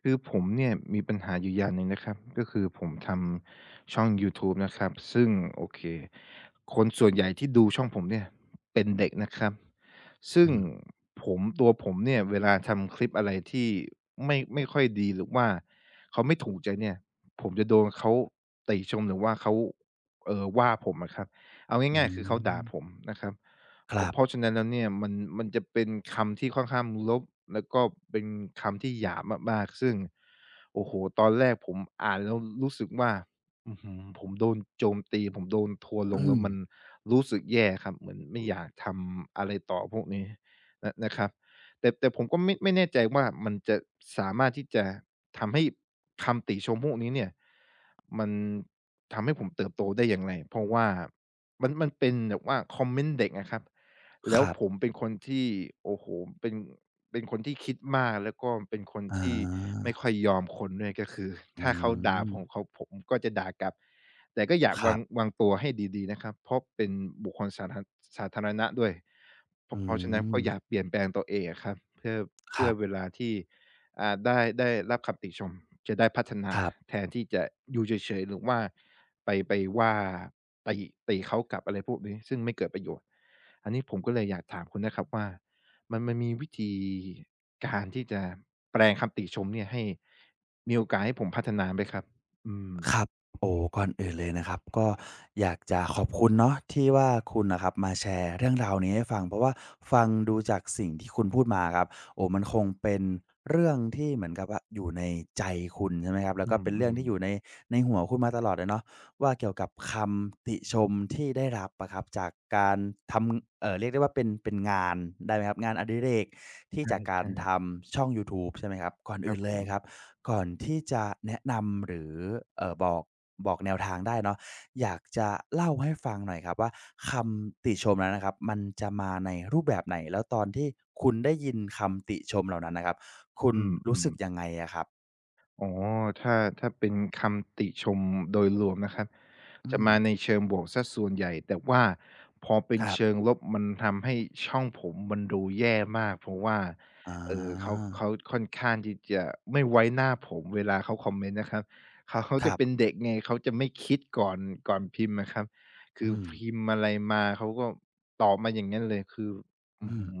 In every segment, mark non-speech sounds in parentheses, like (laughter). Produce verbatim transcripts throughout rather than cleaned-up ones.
คือผมเนี่ยมีปัญหาอยู่อย่างหนึ่งนะครับก็คือผมทำช่องยูทูบนะครับซึ่งโอเคคนส่วนใหญ่ที่ดูช่องผมเนี่ยเป็นเด็กนะครับซึ่งอืมผมตัวผมเนี่ยเวลาทำคลิปอะไรที่ไม่ไม่ค่อยดีหรือว่าเขาไม่ถูกใจเนี่ยผมจะโดนเขาติชมหรือว่าเขาเออว่าผมนะครับเอาอืง่ายๆคือเขาด่ามผมนะครับ ครัเพราะบฉะนั้นแล้วเนี่ยมันมันจะเป็นคำที่ค่อนข้างลบแล้วก็เป็นคำที่หยาบมากๆซึ่งโอ้โฮตอนแรกผมอ่านแล้วรู้สึกว่าอื้อฮือผมโดนโจมตีผมโดนทัวร์ลงอืแล้มวมันรู้สึกแย่ครับเหมือนไม่อยากทำอะไรต่อพวกนี้นะนะครับแต่แต่ผมก็ไม่ไม่แน่ใจว่ามันจะสามารถที่จะทำให้คำติชมพวกนี้เนี่ยมันทำให้ผมเติบโตได้อย่างไรเพราะว่ามันมันเป็นแบบว่าคอมเมนต์เด็กอะครับ คแล้วรัผมบเป็นคนที่โอ้โฮเป็นเป็นคนที่คิดมากแล้วก็เป็นคนอาที่ไม่ค่อยยอมคนด้วยก็คือ (laughs) อืถ้าเขาด่ามผมเขาผมก็จะด่ากลับแต่ก็อยากควารังบวางตัวให้ดีๆนะครับเพราะเป็นบุคคลสาธารสาธารณะด้วยเพอืราะเพราะฉะนั้นมก็อยากเปลี่ยนแปลงตัวเองอะครับเพื่อคเพื่อรัเวบ ลาที่อ่าได้ได้รับคำติชมจะได้พัฒนาครัแทบ นที่จะอยู่เฉยๆหรือว่า ไปไปว่าตีตีเขากลับอะไรพวกนี้ซึ่งไม่เกิดประโยชน์อันนี้ผมก็เลยอยากถามคุณนะครับว่ามันมันมีวิธีการที่จะแปลงคำติชมเนี่ยให้มีโอกาสให้ผมพัฒนาไหมครับอืมครับโอ้ก่อนอื่นเลยนะครับก็อยากจะขอบคุณเนาะที่ว่าคุณน่ะครับมาแชร์เรื่องราวนี้ให้ฟังเพราะว่าฟังดูจากสิ่งที่คุณพูดมาครับโอ้มันคงเป็นเรื่องที่เหมือนกับว่าอยู่ในใจคุณใช่ไหมครับแล้วอืก็มเป็นอเรื่องมที่อยู่ในในหัวคุณมาตลอดเลยเนาะว่าเกี่ยวกับคำติชมที่ได้รับอะครับจากการทำเอ่อเรียกได้ว่าเป็นเป็นงานได้ไหมครับงานอดิเรกที่ใช่จากการใช่ทำช่องยูทูบใช่ไหมครับก่อนครัอื่บนผเลยครับ มก่อนที่จะแนะนำหรือเอ่อบอกบอกแนวทางได้เนาะอยากจะเล่าให้ฟังหน่อยครับว่าคำติชมนั้นนะครับมันจะมาในรูปแบบไหนแล้วตอนที่คุณได้ยินคำติชมเหล่านั้นน่ะครับคุณอืมอืรู้ม สึกยังไงอะครับอ๋อถ้าถ้าเป็นคำติชมโดยรวมนะครับอืจะมมาในเชิงบวกเสียส่วนใหญ่แต่ว่าพอเป็นครัเชิบงลบมันทำให้ช่องผมมันดูแย่มากเพราะว่าอเอ่อเขาาเขาค่อนข้างที่จะไม่ไว้หน้าผมเวลาเขาคอมเมนต์นะครับเขาเขาคจะรัเป็นบเด็กไงเขาจะไม่คิดก่อนก่อนพิมพ์อะครับคืออืมพิมพ์อะไรมาเขาก็ตอบมาอย่างงั้นเลยคืออือื้อมฮือ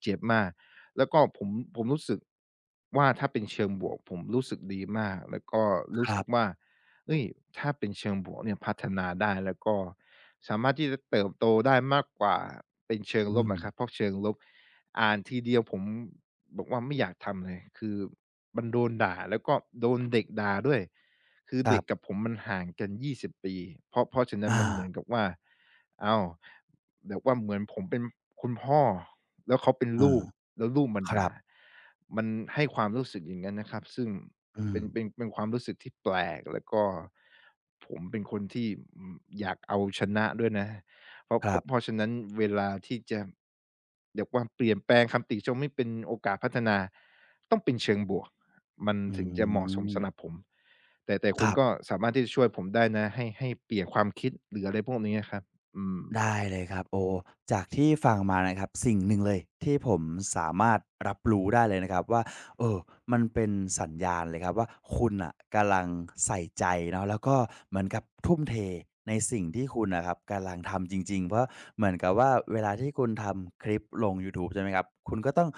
เจ็บมาก แล้วก็ผมผมรู้สึกว่าถ้าเป็นเชิงบวกผมรู้สึกดีมากแล้วก็ครู้รัสึกบว่าเฮ้ยถ้าเป็นเชิงบวกเนี่ยพัฒนาได้แล้วก็สามารถที่จะเติบโตได้มากกว่าเป็นเชิงลอืบมนะครับเพราะเชิงลบอ่านทีเดียวผมบอกว่าไม่อยากทำเลยคือมันโดนด่าแล้วก็โดนเด็กด่าด้วย คือครัเด็กกับบผมมันห่างกันยี่สิบปีเพราะเพราะฉะนั้นอามันเหมือนกับว่าอ้าวแบบว่าเหมือนผมเป็นคุณพ่อแล้วเขาเป็นเอลูอกแล้วลูกมาคด่ารับมันให้ความรู้สึกอย่างงั้นนะครับซึ่งอืมเป็นเป็นเป็นความรู้สึกที่แปลกแล้วก็ผมเป็นคนที่อืมอยากเอาชนะด้วยนะเพราะคเพรัราะเพบราะฉะนั้นเวลาที่จะเรียกว่าเปลี่ยนแปลงคำติชมให้เป็นโอกาสพัฒนาต้องเป็นเชิงบวกมันอืถึงจะเหมาะสมสำหรับมผม แต่แต่คคุณรัก็บ สามารถที่จะช่วยผมได้นะให้ให้เปลี่ยนความคิดหรืออะไรพวกนี้อะครับอืมได้เลยครับโอ้จากที่ฟังมานะครับสิ่งหนึ่งเลยที่ผมสามารถรับรู้ได้เลยนะครับว่าเออมันเป็นสัญญาณเลยครับว่าคุณน่ะกำลังใส่ใจเนาะแล้วก็เหมือนกับทุ่มเทในสิ่งที่คุณน่ะครับกำลังทำจริงๆเพราะเหมือนกับว่าเวลาที่คุณทำคลิปลงยูทูบใช่ไหมครับคุณก็ต้อง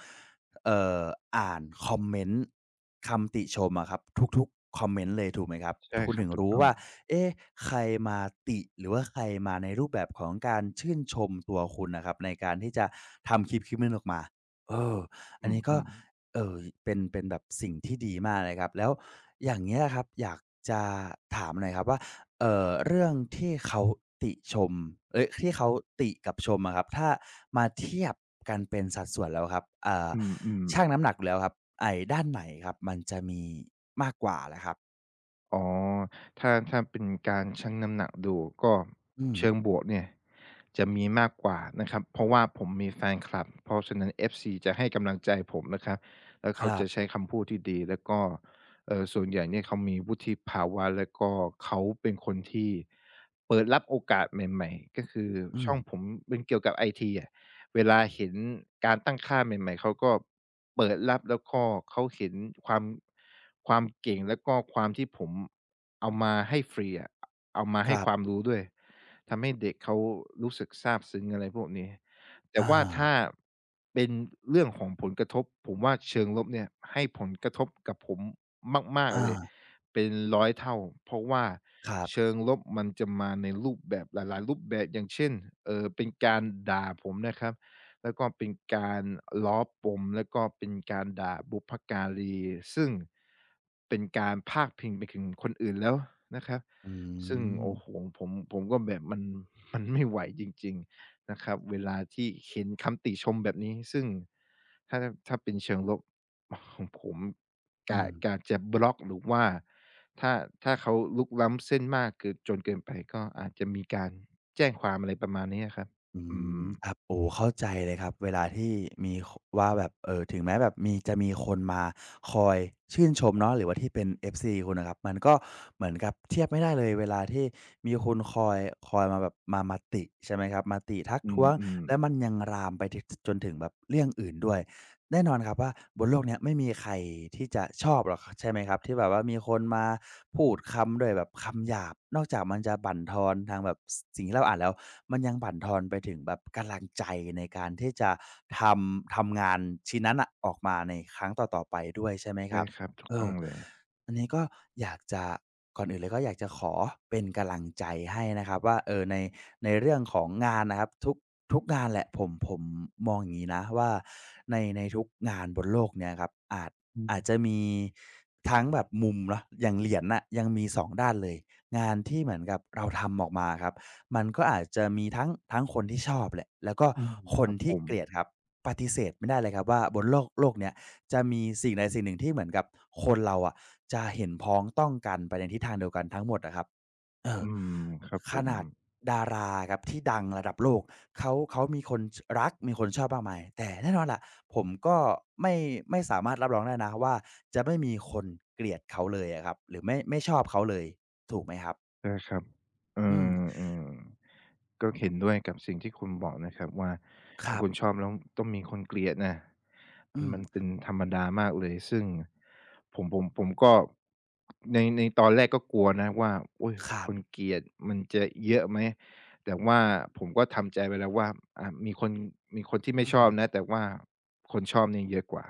เอ่ออ่านคอมเมนต์คำติชมอะครับทุกๆคอมเมนต์เลยถูกไหมครับใช่คุณครับถึงถูกรู้ต้องว่า เอ๊ะใครมาติหรือว่าใครมาในรูปแบบของการชื่นชมตัวคุณน่ะครับในการที่จะทำคลิปคลิปหนึ่งออกมาเอออันนี้ก็อืมๆเอ่อเป็นเป็นแบบสิ่งที่ดีมากเลยครับแล้วอย่างเงี้ยครับอยากจะถามหน่อยครับว่าเอ่อเรื่องที่เขาติชมเอ๊ยที่เขาติกับชมอะครับถ้ามาเทียบกันเป็นสัดส่วนแล้วครับอ่าอืมชั่งๆ น้ำหนักแล้วครับไอ้ด้านไหนครับมันจะมีมากกว่าล่ะครับอ๋อถ้าถ้าเป็นการชั่งน้ำหนักดูก็อืมเชิงบวกเนี่ยจะมีมากกว่านะครับเพราะว่าผมมีแฟนคลับเพราะฉะนั้น เอฟ ซี จะให้กำลังใจผมนะครับแล้วคเขารับจะใช้คำพูดที่ดีแล้วก็เอ่อส่วนใหญ่เนี่ยเขามีวุฒิภาวะแล้วก็เขาเป็นคนที่เปิดรับโอกาสใหม่ๆก็คืออืช่ม องผมเป็นเกี่ยวกับไอทีอะเวลาเห็นการตั้งค่าใหม่ๆเขาก็ เปิดรับแล้วก็เขาเห็นความความเก่งแล้วก็ความที่ผมเอามาให้ฟรีอะเอามาคให้รัความบรู้ด้วยทำให้เด็กเขารู้สึกซาบซึ้งอะไรพวกนี้แต่อาว่าถ้าเป็นเรื่องของผลกระทบผมว่าเชิงลบเนี่ยให้ผลกระทบกับผมมากๆอาเลยเป็นร้อยเท่าเพราะว่าครัเชิบงลบมันจะมาในรูปแบบหลายๆรูปแบบอย่างเช่นเอ่อเป็นการด่าผมนะครับ แล้วก็เป็นการล้อปมแล้วก็เป็นการด่าบุพการีซึ่งเป็นการพาเพิงไปถึงคนอื่นแล้วนะครับอืซึ่งมโอ้โฮผมผมก็แบบมันมันไม่ไหวจริงๆนะครับเวลาที่เห็นคำติชมแบบนี้ซึ่งถ้าถ้าเป็นเชิงลบของผมอืกะมกะจะบล็อกหรือว่าถ้าถ้าเขารุกล้ำเส้นมากเกินจนเกินไปก็อาจจะมีการแจ้งความอะไรประมาณนี้อะครับอือืมมครับโอ้เข้าใจเลยครับ เวลาที่มีคว่าแบบเอ่อถึงแม้แบบมีจะมีคนมาคอยชื่นชมเนาะหรือว่าที่เป็น เอฟ ซี คุณอะครับ มันก็เหมือนกับเทียบไม่ได้เลยเวลาที่มีคนคอยคอยมาแบบมามาติใช่ไหมครับมาติทักอืท้วง มแล้วๆ มันยังลามไปถจนถึงแบบเรื่องอื่นด้วย แน่นอนครับว่าบนโลกเนี้ยไม่มีใครที่จะชอบหรอกใช่ไหมครับที่แบบว่ามีคนมาพูดคำด้วยแบบคำหยาบนอกจากมันจะบั่นทอนทางแบบสสิ่งที่เราอ่านแล้วมันยังบั่นทอนไปถึงแบบกำลังใจในการที่จะทำทำงานชิ้นนั้นอะออกมาในครั้งต่อๆไปด้วยใช่ไหมคใช่รับครับถูกเอต้อองเลยอันนี้ก็อยากจะก่อนอื่นเลยก็อยากจะขอเป็นกำลังใจให้นะครับว่าเออใน ในเรื่องของงานนะครับทุกทุกงานแหละผมผมมองอย่างนี้นะว่าในในทุกงานบนโลกเนี่ยครับอาจอือาจจะมมีทั้งแบบมุมเนาะอย่างเหรียญน่ะยังมีสองด้านเลยงานที่เหมือนกับเราทำออกมาครับมันก็อาจจะมีทั้งทั้งคนที่ชอบแหละแล้วก็อืมคคนรับผที่มเกลียดครับปฏิเสธไม่ได้เลยครับว่าบนโลกโลกเนี้ยจะมีสิ่งใดสิ่งหนึ่งที่เหมือนกับคนเราอะจะเห็นพ้องต้องกันไปในทิศทางเดียวกันทั้งหมดนะครับเออ อืมครับผขม นาดดาราครับที่ดังระดับโลกเขาเขามีคนชรักมีคนชอบมากมายแต่แน่นอนแหละผมก็ไม่ไม่สามารถรับรองได้นะว่าจะไม่มีคนเกลียดเขาเลยอะครับหรือไม่ไม่ชอบเขาเลยถูกไหมครับนะครับเออืมอเออก็เห็นด้วยกับสิ่งที่คุณบอกนะครับว่าคเป็นรับคนชอบแล้วต้องมีคนเกลียดนะมัอืนมมันเป็นธรรมดามากเลยซึ่งผมผมผมก็ในในตอนแรกก็กลัวนะว่าโอ๊ยครัคนบเกลียดมันจะเยอะไหมแต่ว่าผมก็ทำใจไว้แล้วว่าอ่ามีคนมีคนที่ไม่อืชอบนะม แต่ว่าคนชอบเนี่ยเยอะกว่า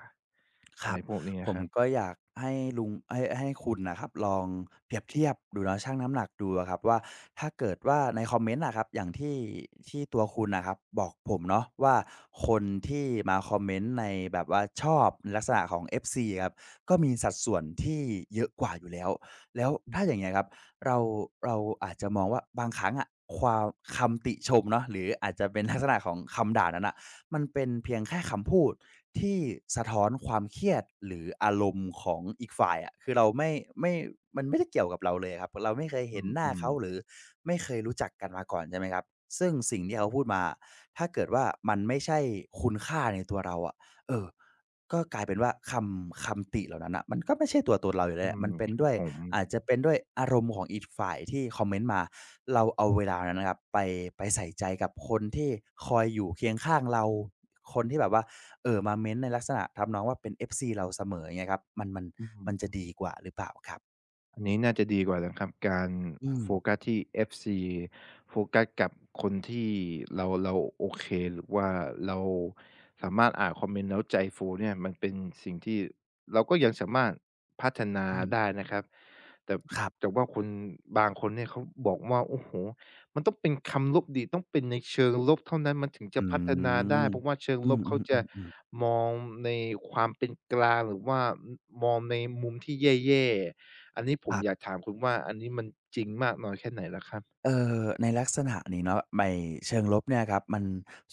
คอะรัไรบพวกนี้ผอะมครับก็อยากให้ลุงให้ให้คุณน่ะครับลองเปรียบเทียบดูเนาะชั่งน้ำหนักดูอะครับว่าถ้าเกิดว่าในคอมเมนต์อะครับอย่างที่ที่ตัวคุณน่ะครับบอกผมเนาะว่าคนที่มาคอมเมนต์ในแบบว่าชอบในลักษณะของ เอฟ ซี ครับก็มีสัดส่วนที่เยอะกว่าอยู่แล้วแล้วถ้าอย่างเงี้ยครับเราเราอาจจะมองว่าบางครั้งอะความคำติชมเนาะหรืออาจจะเป็นลักษณะของคำด่านั้นน่ะมันเป็นเพียงแค่คำพูด ที่สะท้อนความเครียดหรืออารมณ์ของอีกฝ่ายอะคือเราไม่ไม่มันไม่ได้เกี่ยวกับเราเลยอะครับเราไม่เคยอเห็นหน้าืมเขาหรืๆอไม่เคยรู้จักกันมาก่อนใช่ไหมครับซึ่งสิ่งที่เขาพูดมาอะถ้าเกิดว่ามันไม่ใช่คุณค่าในตัวเราอะเออ ก็กลายเป็นว่าคำคำติเหล่านั้นน่ะมันก็ไม่ใช่ตัวตนเราอยู่แล้อืวแหละมัมนเป็นครับด้วยผมอาจจะเป็นด้วยอารมณ์ของอีกฝ่ายที่คอมเมนต์มาเราเอาเวลานั้นนะครับไปไปใส่ใจกับคนที่คอยอยู่เคียงข้างเราคนที่แบบว่าเอ่อมาเม้นต์ในลักษณะทำนองว่าเป็น เอฟ ซี เราเสมออย่างเงี้ยครับมันมันอืมันจะม ดีกว่าหรือเปล่าครับอันนี้น่าจะดีกว่านะครับการอืมโฟกัสที่เอฟซีโฟกัสกับคนที่เราเราโอเคหรือว่าเราสามารถอ่านคอมเมนต์แล้วใจฟูเนี่ยมันเป็นสิ่งที่เราก็ยังสามารถพัฒนาอืมได้นะครับแต่ครัแต่บว่าคนบางคนเนี่ยเขาบอกว่าโอ้โหมันต้องเป็นคำลบดีต้องเป็นในเชิงลบเท่านั้นมันถึงอืจะพัฒนาได้มเพราะว่าเชิงอืลบเขาจะมๆๆๆมองในความเป็นกลางหรือว่ามองในมุมที่แย่ อันนี้ผคมรับ อยากถามคุณว่าอันนี้มันจริงมากน้อยแค่ไหนล่ะครับเอ่อในลักษณะนี้เนาะในเชิงลบเนี่ยครับมัน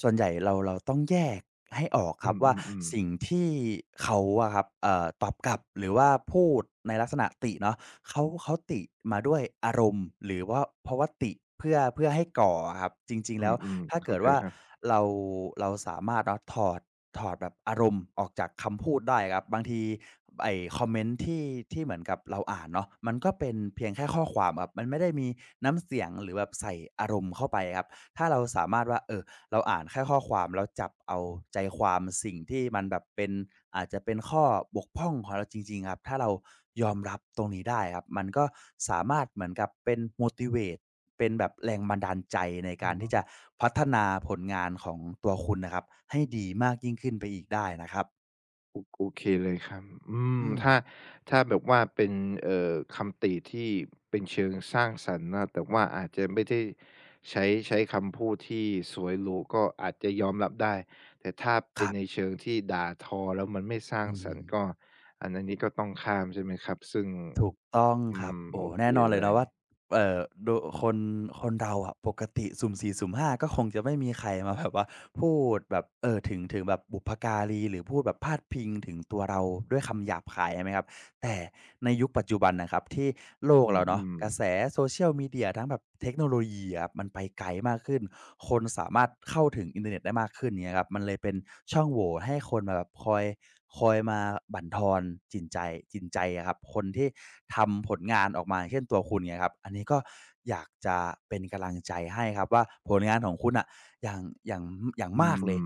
ส่วนใหญ่เราเราต้องแยกให้ออกคอืรับว่ามๆสิ่งๆที่เขาอะครับเอ่อตอบกลับหรือว่าพูดในลักษณะติเนาะ เขาเขาติมาด้วยอารมณ์หรือว่าเพราะว่าติเพื่อเพื่อให้ก่ออะครับจริงๆอืแล้วมถ้าๆเกิเข้าดใจว่าครับเราเราสามารถเนาะถอดถอดแบบอารมณ์ออกจากคำพูดได้ครับบางทีไอ้คอมเมนต์ที่ที่เหมือนกับเราอ่านเนาะมันก็เป็นเพียงแค่ข้อความครับมันไม่ได้มีน้ำเสียงหรือแบบใส่อารมณ์เข้าไปครับถ้าเราสามารถว่าเอ่อ เราอ่านแค่ข้อความแล้วจับเอาใจความสิ่งที่มันแบบเป็นอาจจะเป็นข้อบกพร่องของเราจริงๆครับถ้าเรายอมรับตรงนี้ได้ครับมันก็สามารถเหมือนกับเป็น motivate เป็นแบบแรงบันดาลใจในอืการอที่จะฮึพัฒนาผลงานของตัวคุณนะครับให้ดีมากยิ่งขึ้นไปอีกได้นะครับโอโอเคเลยครับอืมอืมถ้าถ้าแบบว่าเป็นเอ่อคำติที่เป็นเชิงสร้างสรรค์นะแต่ว่าอาจจะไม่ได้ใช้ใช้คำพูดที่สวยหรูก็อาจจะยอมรับได้แต่ถ้าคเป็นรัในบเชิงที่ด่าทอแล้วมันไม่สร้างอืสรม รค์ก็อันอันนี้ก็ต้องข้ามใช่ไหมครับซึ่งถูกต้องอืครับมโอ้โอเคแน่นอนเลเลยยเนาะว่าเอ่อโดคนคนเราอะปกติสุ่มสี่สุ่มห้าก็คงจะไม่มีใครมาแบบว่าพูดแบบเอ่อถึงถึงแบบบุพการีหรือพูดแบบพาดพิงถึงตัวเราด้วยคำหยาบคายใช่ไหมครับแต่ ในยุคปัจจุบันนะครับที่โลอกเราืเนาะมกระแส ๆ Social Media ทั้งแบบเทคโนโลยีอะครับมันไปไกลมากขึ้นคนสามารถเข้าถึงอินเทอร์เน็ตได้มากขึ้นเนี่ยครับมันเลยเป็นช่องโหว่ให้คนมาแบบคอยคอยมาบั่นทอนจิตใจจิตใจอะครับคนที่ทำผลงานออกมาอย่างเช่นตัวคุณเงี่ยครับอันนี้ก็อยากจะเป็นกำลังใจให้ครับว่าผลงานของคุณน่ะอย่างอย่างอย่างอืมากเลมย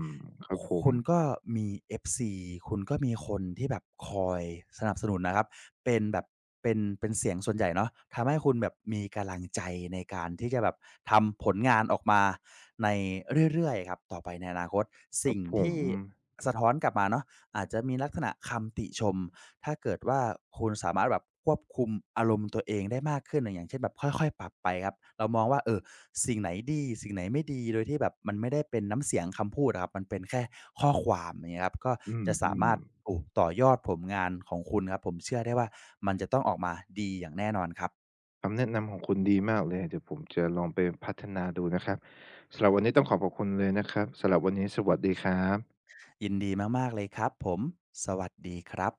ครับผม คุณก็มี เอฟ ซี คุณก็มีคนที่แบบคอยสนับสนุนนะครับ เป็นแบบเป็นเป็นเสียงส่วนใหญ่เนาะทำให้คุณแบบมีกำลังใจในการที่จะแบบทำผลงานออกมาในเรื่อยๆครับต่อไปในอนาคตครัสิ่บงผมที่สะท้อนกลับมาเนาะอาจจะมีลักษณะคำติชม ถ้าเกิดว่าคุณสามารถแบบควบคุมอารมณ์ตัวเองได้มากขึ้นอะอย่างเช่นแบบค่อยๆปรับไปครับเรามองว่าเออสิ่งไหนดีสิ่งไหนไม่ดีโดยที่แบบมันไม่ได้เป็นน้ำเสียงคำพูดอะครับมันเป็นแค่ข้อความอย่างเงี้ยครับก็อืมจะอืสามมารถโอ้ต่อยอดผลงานของคุณครับผมเชื่อได้ว่ามันจะต้องออกมาดีอย่างแน่นอนครับคำแนะนำของคุณดีมากเลย เดี๋ยวผมจะลองไปพัฒนาดูนะครับสำหรับวันนี้ต้องขอขอบคุณเลยนะครับสำหรับวันนี้สวัสดีครับยินดีมากๆเลยครับผมสวัสดีครับ